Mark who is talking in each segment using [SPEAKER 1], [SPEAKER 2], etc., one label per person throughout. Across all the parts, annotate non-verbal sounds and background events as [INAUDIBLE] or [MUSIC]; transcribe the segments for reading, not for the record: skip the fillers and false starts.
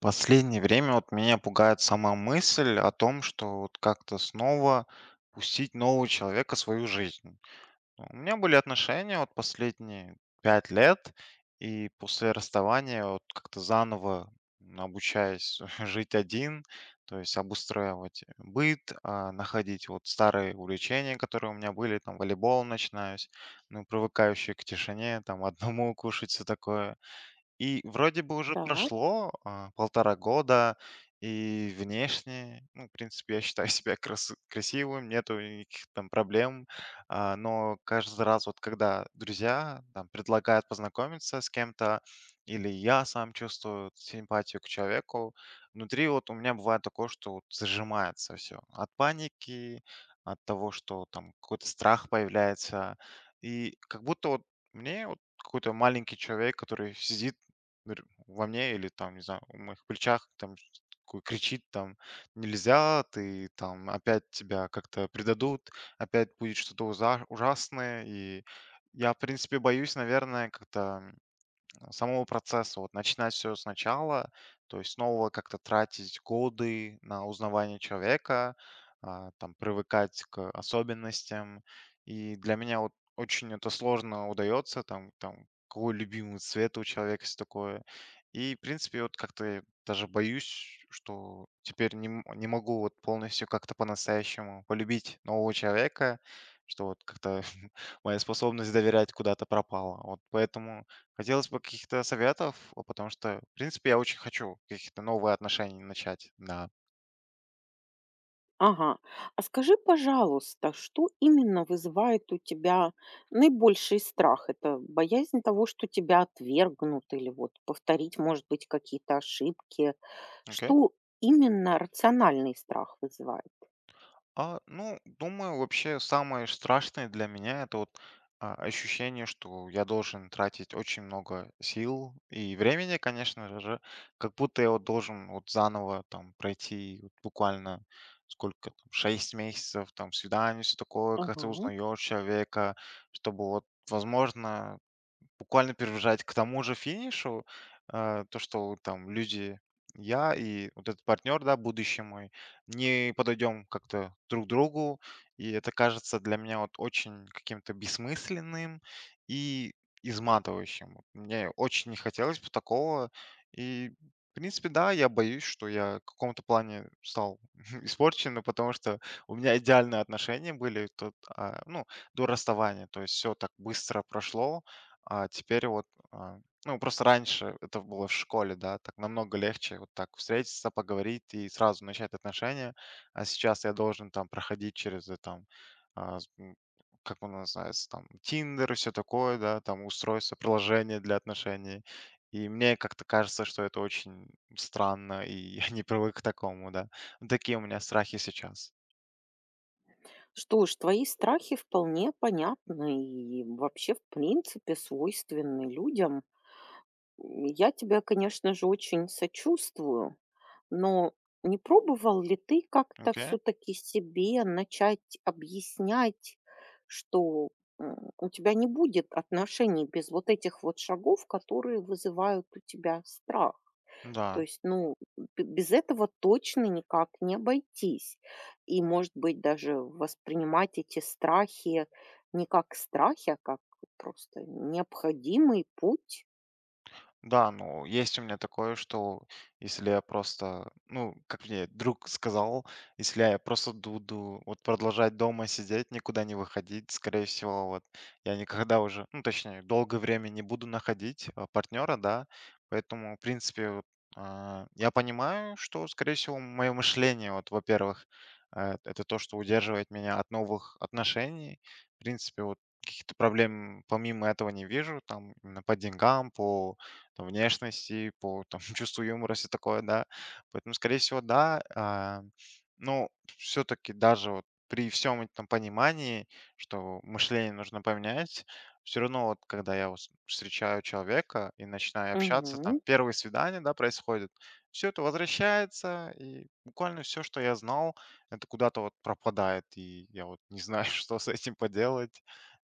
[SPEAKER 1] Последнее время вот меня пугает сама мысль о том, что вот как-то снова пустить нового человека в свою жизнь. Ну, у меня были отношения вот последние 5 лет, и после расставания вот как-то заново обучаясь [LAUGHS] жить один, то есть обустраивать быт, находить вот старые увлечения, которые у меня были, там волейбол начинаюсь, ну, привыкающий к тишине, там, одному [LAUGHS] кушать, все такое. И вроде бы уже
[SPEAKER 2] Так,
[SPEAKER 1] прошло, 1,5 года, и внешне, ну, в принципе, я считаю [LAUGHS] себя красивым, нету никаких там проблем. Но каждый раз, вот когда друзья там предлагают познакомиться с кем-то, или я сам чувствую симпатию к человеку, внутри вот у меня бывает такое, что вот зажимается всё от паники, от того, что там какой-то страх появляется. И как будто вот мне вот какой-то маленький человек, который сидит Др во мне или там, не знаю, в моих плечах там ш такой кричит там: "Нельзя, ты там опять тебя как-то предадут, опять будет что-то уза ужасное". И я, в принципе, боюсь, наверное, как-то самого процесса, вот начинать все сначала, то есть снова как-то тратить годы на узнавание человека, там, привыкать к особенностям. И для меня вот очень это сложно удается, там, какой любимый цвет у человека, есть такое. И, в принципе, вот как-то я даже боюсь, что теперь не могу вот полностью как-то по-настоящему полюбить нового человека, что вот как-то [LAUGHS] моя способность доверять куда-то пропала. Вот поэтому хотелось бы каких-то советов, потому что, в принципе, я очень хочу каких-то новые отношения начать. Да.
[SPEAKER 2] ага. А скажи, пожалуйста, что именно вызывает у тебя наибольший страх? Это боязнь того, что тебя отвергнут или вот повторить, может быть, какие-то ошибки?
[SPEAKER 1] Окей.
[SPEAKER 2] Что именно рациональный страх вызывает?
[SPEAKER 1] Ну, думаю, вообще самое страшное для меня это вот ощущение, что я должен тратить очень много сил и времени, конечно же, как будто я вот должен вот заново там пройти вот буквально сколько там, 6 месяцев, там, свидание, все такое, как ты
[SPEAKER 2] Ага.
[SPEAKER 1] узнаешь человека, чтобы вот, возможно, буквально перебежать к тому же финишу, то, что вот там люди, я и вот этот партнер, да, будущий мой, не подойдем как-то друг к другу. И это кажется для меня вот очень каким-то бессмысленным и изматывающим. Вот мне очень не хотелось бы такого. И, в принципе, да, я боюсь, что я в каком-то плане стал [LAUGHS] испорченным, потому что у меня идеальные отношения были тут, ну, до расставания. То есть все так быстро прошло, а теперь вот, а, ну, просто раньше это было в школе, да, так намного легче вот так встретиться, поговорить и сразу начать отношения. А сейчас я должен там проходить через там, а, с- м, как он называется, там, Тиндер и все такое, да, там устройство, приложение для отношений. И мне как-то кажется, что это очень странно, и [LAUGHS] я не привык к такому, да. Вот такие у меня страхи сейчас.
[SPEAKER 2] Что ж, твои страхи вполне понятны и вообще, в принципе, свойственны людям. Я тебя, конечно же, очень сочувствую, но не пробовал ли ты как-то
[SPEAKER 1] Окей?
[SPEAKER 2] все-таки себе начать объяснять, что у тебя не будет отношений без вот этих вот шагов, которые вызывают у тебя страх? То
[SPEAKER 1] Да.
[SPEAKER 2] есть, ну, без этого точно никак не обойтись. И, может быть, даже воспринимать эти страхи не как страхи, а как просто необходимый путь.
[SPEAKER 1] Да, ну, есть у меня такое, что если я просто, ну, как мне друг сказал, если я просто буду вот продолжать дома сидеть, никуда не выходить, скорее всего, вот я никогда уже, ну, точнее, долгое время не буду находить партнера, да, поэтому, в принципе, вот, я понимаю, что, скорее всего, мое мышление, вот, во-первых, это то, что удерживает меня от новых отношений, в принципе, вот каких-то проблем помимо этого не вижу, там, именно по деньгам, по там, внешности, по там, [LAUGHS] чувству юмора, все такое, да. Поэтому, скорее всего, да, ну, все-таки даже вот при всем этом понимании, что мышление нужно поменять, все равно вот когда я вот встречаю человека и начинаю общаться, там
[SPEAKER 2] Мгм.
[SPEAKER 1] первые свидания, да, происходят, все это возвращается, и буквально все, что я знал, это куда-то вот пропадает, и я вот не знаю, [LAUGHS] что с этим поделать.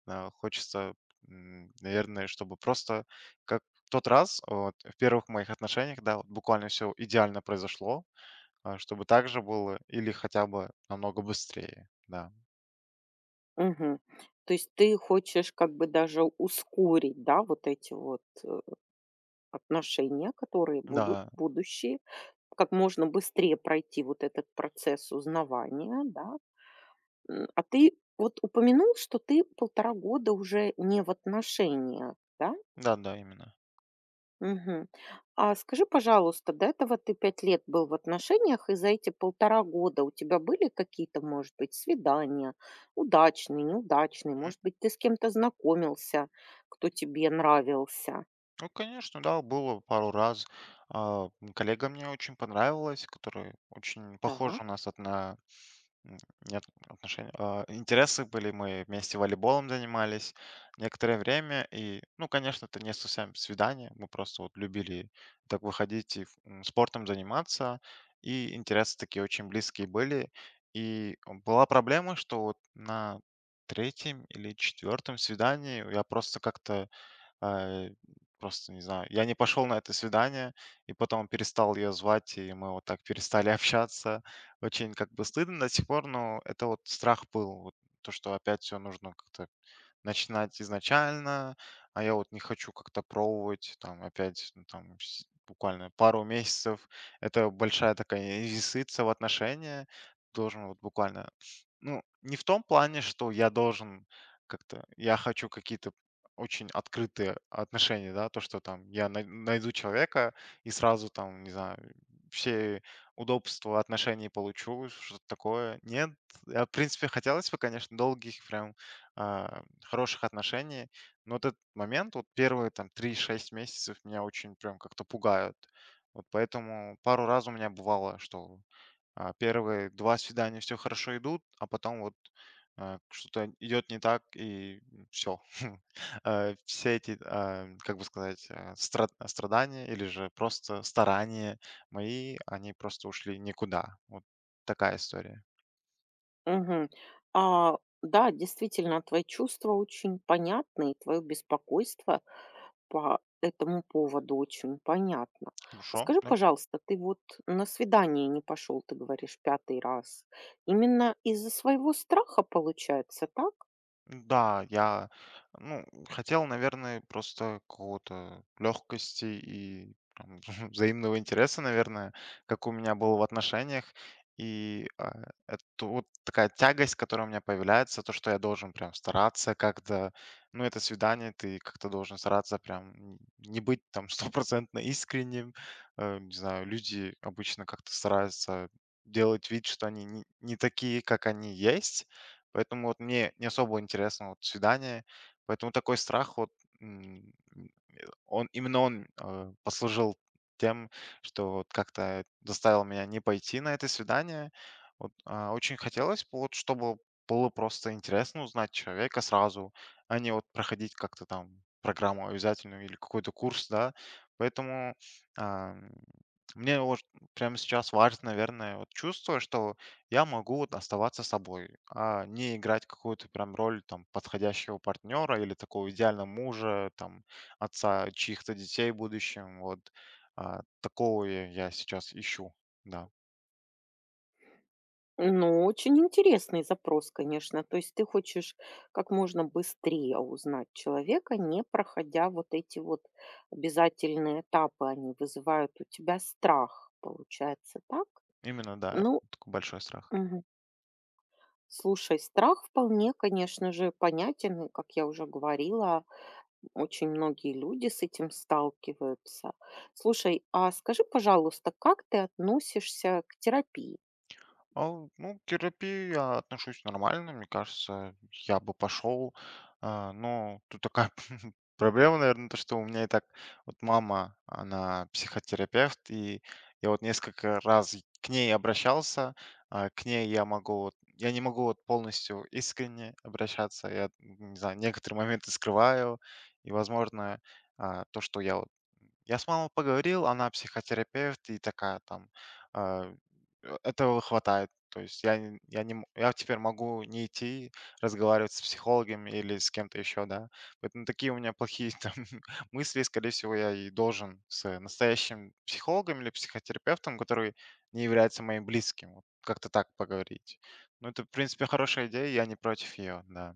[SPEAKER 1] Хочется, наверное, чтобы просто как в тот раз, вот, в первых моих отношениях, да, вот буквально все идеально произошло, а, чтобы так же было или хотя бы намного быстрее, да.
[SPEAKER 2] Мгм. То есть ты хочешь как бы даже ускорить, да, вот эти вот отношения, которые будут
[SPEAKER 1] Да,
[SPEAKER 2] будущие, как можно быстрее пройти вот этот процесс узнавания, да. А ты вот упомянул, что ты 1,5 года уже не в отношениях, да?
[SPEAKER 1] да-да, именно.
[SPEAKER 2] Мгм. А скажи, пожалуйста, до этого ты 5 лет был в отношениях, и за эти 1,5 года у тебя были какие-то, может быть, свидания, удачные, неудачные,
[SPEAKER 1] Мгм.
[SPEAKER 2] может быть, ты с кем-то знакомился, кто тебе нравился?
[SPEAKER 1] Ну, конечно, да, было пару раз. Коллега мне очень понравилась, которая очень похожа
[SPEAKER 2] Так.
[SPEAKER 1] у нас одна М, нет отношений. Интересы были, мы вместе волейболом занимались некоторое время. И, ну, конечно, это не совсем свидание. Мы просто вот любили так выходить и спортом заниматься. И интересы такие очень близкие были. И была проблема, что вот на третьем или четвертом свидании я просто как-то Э, просто не знаю. Я не пошел на это свидание, и потом перестал ее звать, и мы вот так перестали [LAUGHS] общаться. Очень как бы стыдно до сих пор, но это вот страх был, вот то, что опять все нужно как-то начинать изначально, а я вот не хочу как-то пробовать, там, опять, ну, там, буквально пару месяцев. Это большая такая инвестиция в отношения. Должен вот буквально, ну, не в том плане, что я должен как-то, я хочу какие-то очень открытые отношения, да, то, что там я найду человека и сразу там, не знаю, все удобства отношений получу, что-то такое. Нет, я, в принципе, хотелось бы, конечно, долгих прям а, хороших отношений. Но вот этот момент, вот первые там 3-6 месяцев меня очень прям как-то пугают. Вот поэтому пару раз у меня бывало, что первые два свидания все хорошо идут, а потом вот что-то идет не так, и все. [LAUGHS] Все эти, как бы сказать, страдания или же просто старания мои, они просто ушли никуда. Вот такая история.
[SPEAKER 2] Мгм. А, да, действительно, твои чувства очень понятны, и твое беспокойство по этому поводу очень понятно. А
[SPEAKER 1] Хорошо,
[SPEAKER 2] скажи,
[SPEAKER 1] да.
[SPEAKER 2] пожалуйста, ты вот на свидание не пошел, ты говоришь, пятый раз. Именно из-за своего страха получается, так?
[SPEAKER 1] Да, я, ну, хотел, наверное, просто какого-то легкости и прям [LAUGHS] взаимного интереса, наверное, как у меня было в отношениях. И это вот такая тягость, которая у меня появляется, то, что я должен прям стараться как-то, ну, это свидание, ты как-то должен стараться прям не быть там [LAUGHS] стопроцентно искренним. Не знаю, люди обычно как-то стараются делать вид, что они не такие, как они есть. Поэтому вот мне не особо интересно вот свидание, поэтому такой страх вот, м, он, именно он послужил тем, что вот как-то заставил меня не пойти на это свидание. Вот, очень хотелось, бы, вот, чтобы было просто интересно узнать человека сразу, а не вот проходить как-то там программу обязательную или какой-то курс, да. Поэтому а, мне вот прямо сейчас важно, наверное, вот чувство, что я могу вот оставаться собой, а не играть какую-то прям роль там подходящего партнера или такого идеального мужа, там отца чьих-то детей в будущем. Вот такого я сейчас ищу. Да,
[SPEAKER 2] Ну, очень интересный запрос, конечно. То есть ты хочешь как можно быстрее узнать человека, не проходя вот эти вот обязательные этапы. Они вызывают у тебя страх, получается, так?
[SPEAKER 1] именно, да,
[SPEAKER 2] Ну,
[SPEAKER 1] такой большой страх.
[SPEAKER 2] мгм. Слушай, страх вполне, конечно же, понятен. И, как я уже говорила, очень многие люди с этим сталкиваются. Слушай, а скажи, пожалуйста, как ты относишься к терапии?
[SPEAKER 1] Ал Ну, к терапии я отношусь нормально, мне кажется, я бы пошел. Но тут такая [LAUGHS] проблема, наверное, то, что у меня и так вот мама, она психотерапевт, и я вот несколько раз к ней обращался, а, к ней я не могу вот полностью искренне обращаться, я, не знаю, некоторые моменты скрываю, и, возможно, то, что я с мамой поговорил, она психотерапевт и такая там, а, этого хватает. То есть я, н- я, не, м- я теперь могу не идти разговаривать с психологом или с кем-то еще, да. Поэтому такие у меня плохие [LAUGHS] там, мысли, скорее всего, я и должен с настоящим психологом или психотерапевтом, который не является моим близким, вот как-то так поговорить. Ну, это, в принципе, хорошая идея, я не против ее, да.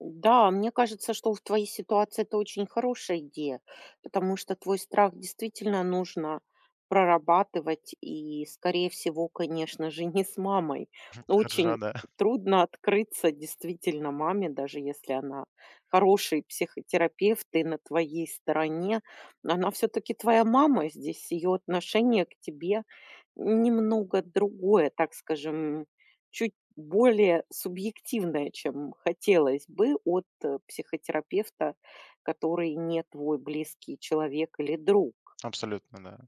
[SPEAKER 2] Да, мне кажется, что в твоей ситуации это очень хорошая идея, потому что твой страх действительно нужно прорабатывать и, скорее всего, конечно же, [LAUGHS] не с мамой.
[SPEAKER 1] Хорошо,
[SPEAKER 2] Очень
[SPEAKER 1] да.
[SPEAKER 2] трудно открыться действительно маме, даже если она хороший психотерапевт и на твоей стороне. Но она все-таки твоя мама, здесь ее отношение к тебе немного другое, так скажем, чуть более субъективное, чем хотелось бы от, психотерапевта, который не твой близкий человек или друг.
[SPEAKER 1] Абсолютно, да.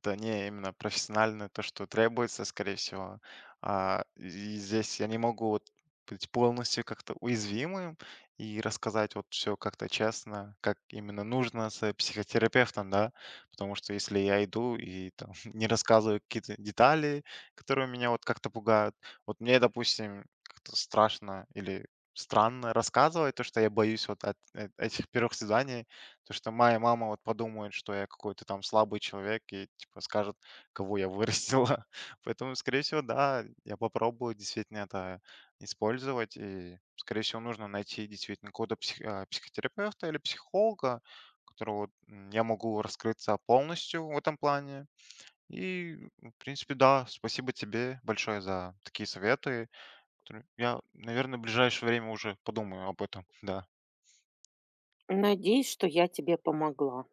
[SPEAKER 1] Это не именно профессионально то, что требуется, скорее всего. И здесь я не могу вот быть полностью как-то уязвимым и рассказать вот все как-то честно, как именно нужно с психотерапевтом, да, потому что если я иду и там [LAUGHS] не рассказываю какие-то детали, которые меня вот как-то пугают, вот мне, допустим, как-то страшно или странно рассказывать то, что я боюсь вот этих первых свиданий, то, что моя мама вот подумает, что я какой-то там слабый человек и типа скажет, кого я вырастила. [LAUGHS] Поэтому, скорее всего, да, я попробую действительно это использовать. И, скорее всего, нужно найти действительно какого-то психотерапевта или психолога, которого я могу раскрыться полностью в этом плане. И, в принципе, да, спасибо тебе большое за такие советы. Я, наверное, в ближайшее время уже подумаю об этом, да.
[SPEAKER 2] Надеюсь, что я тебе помогла.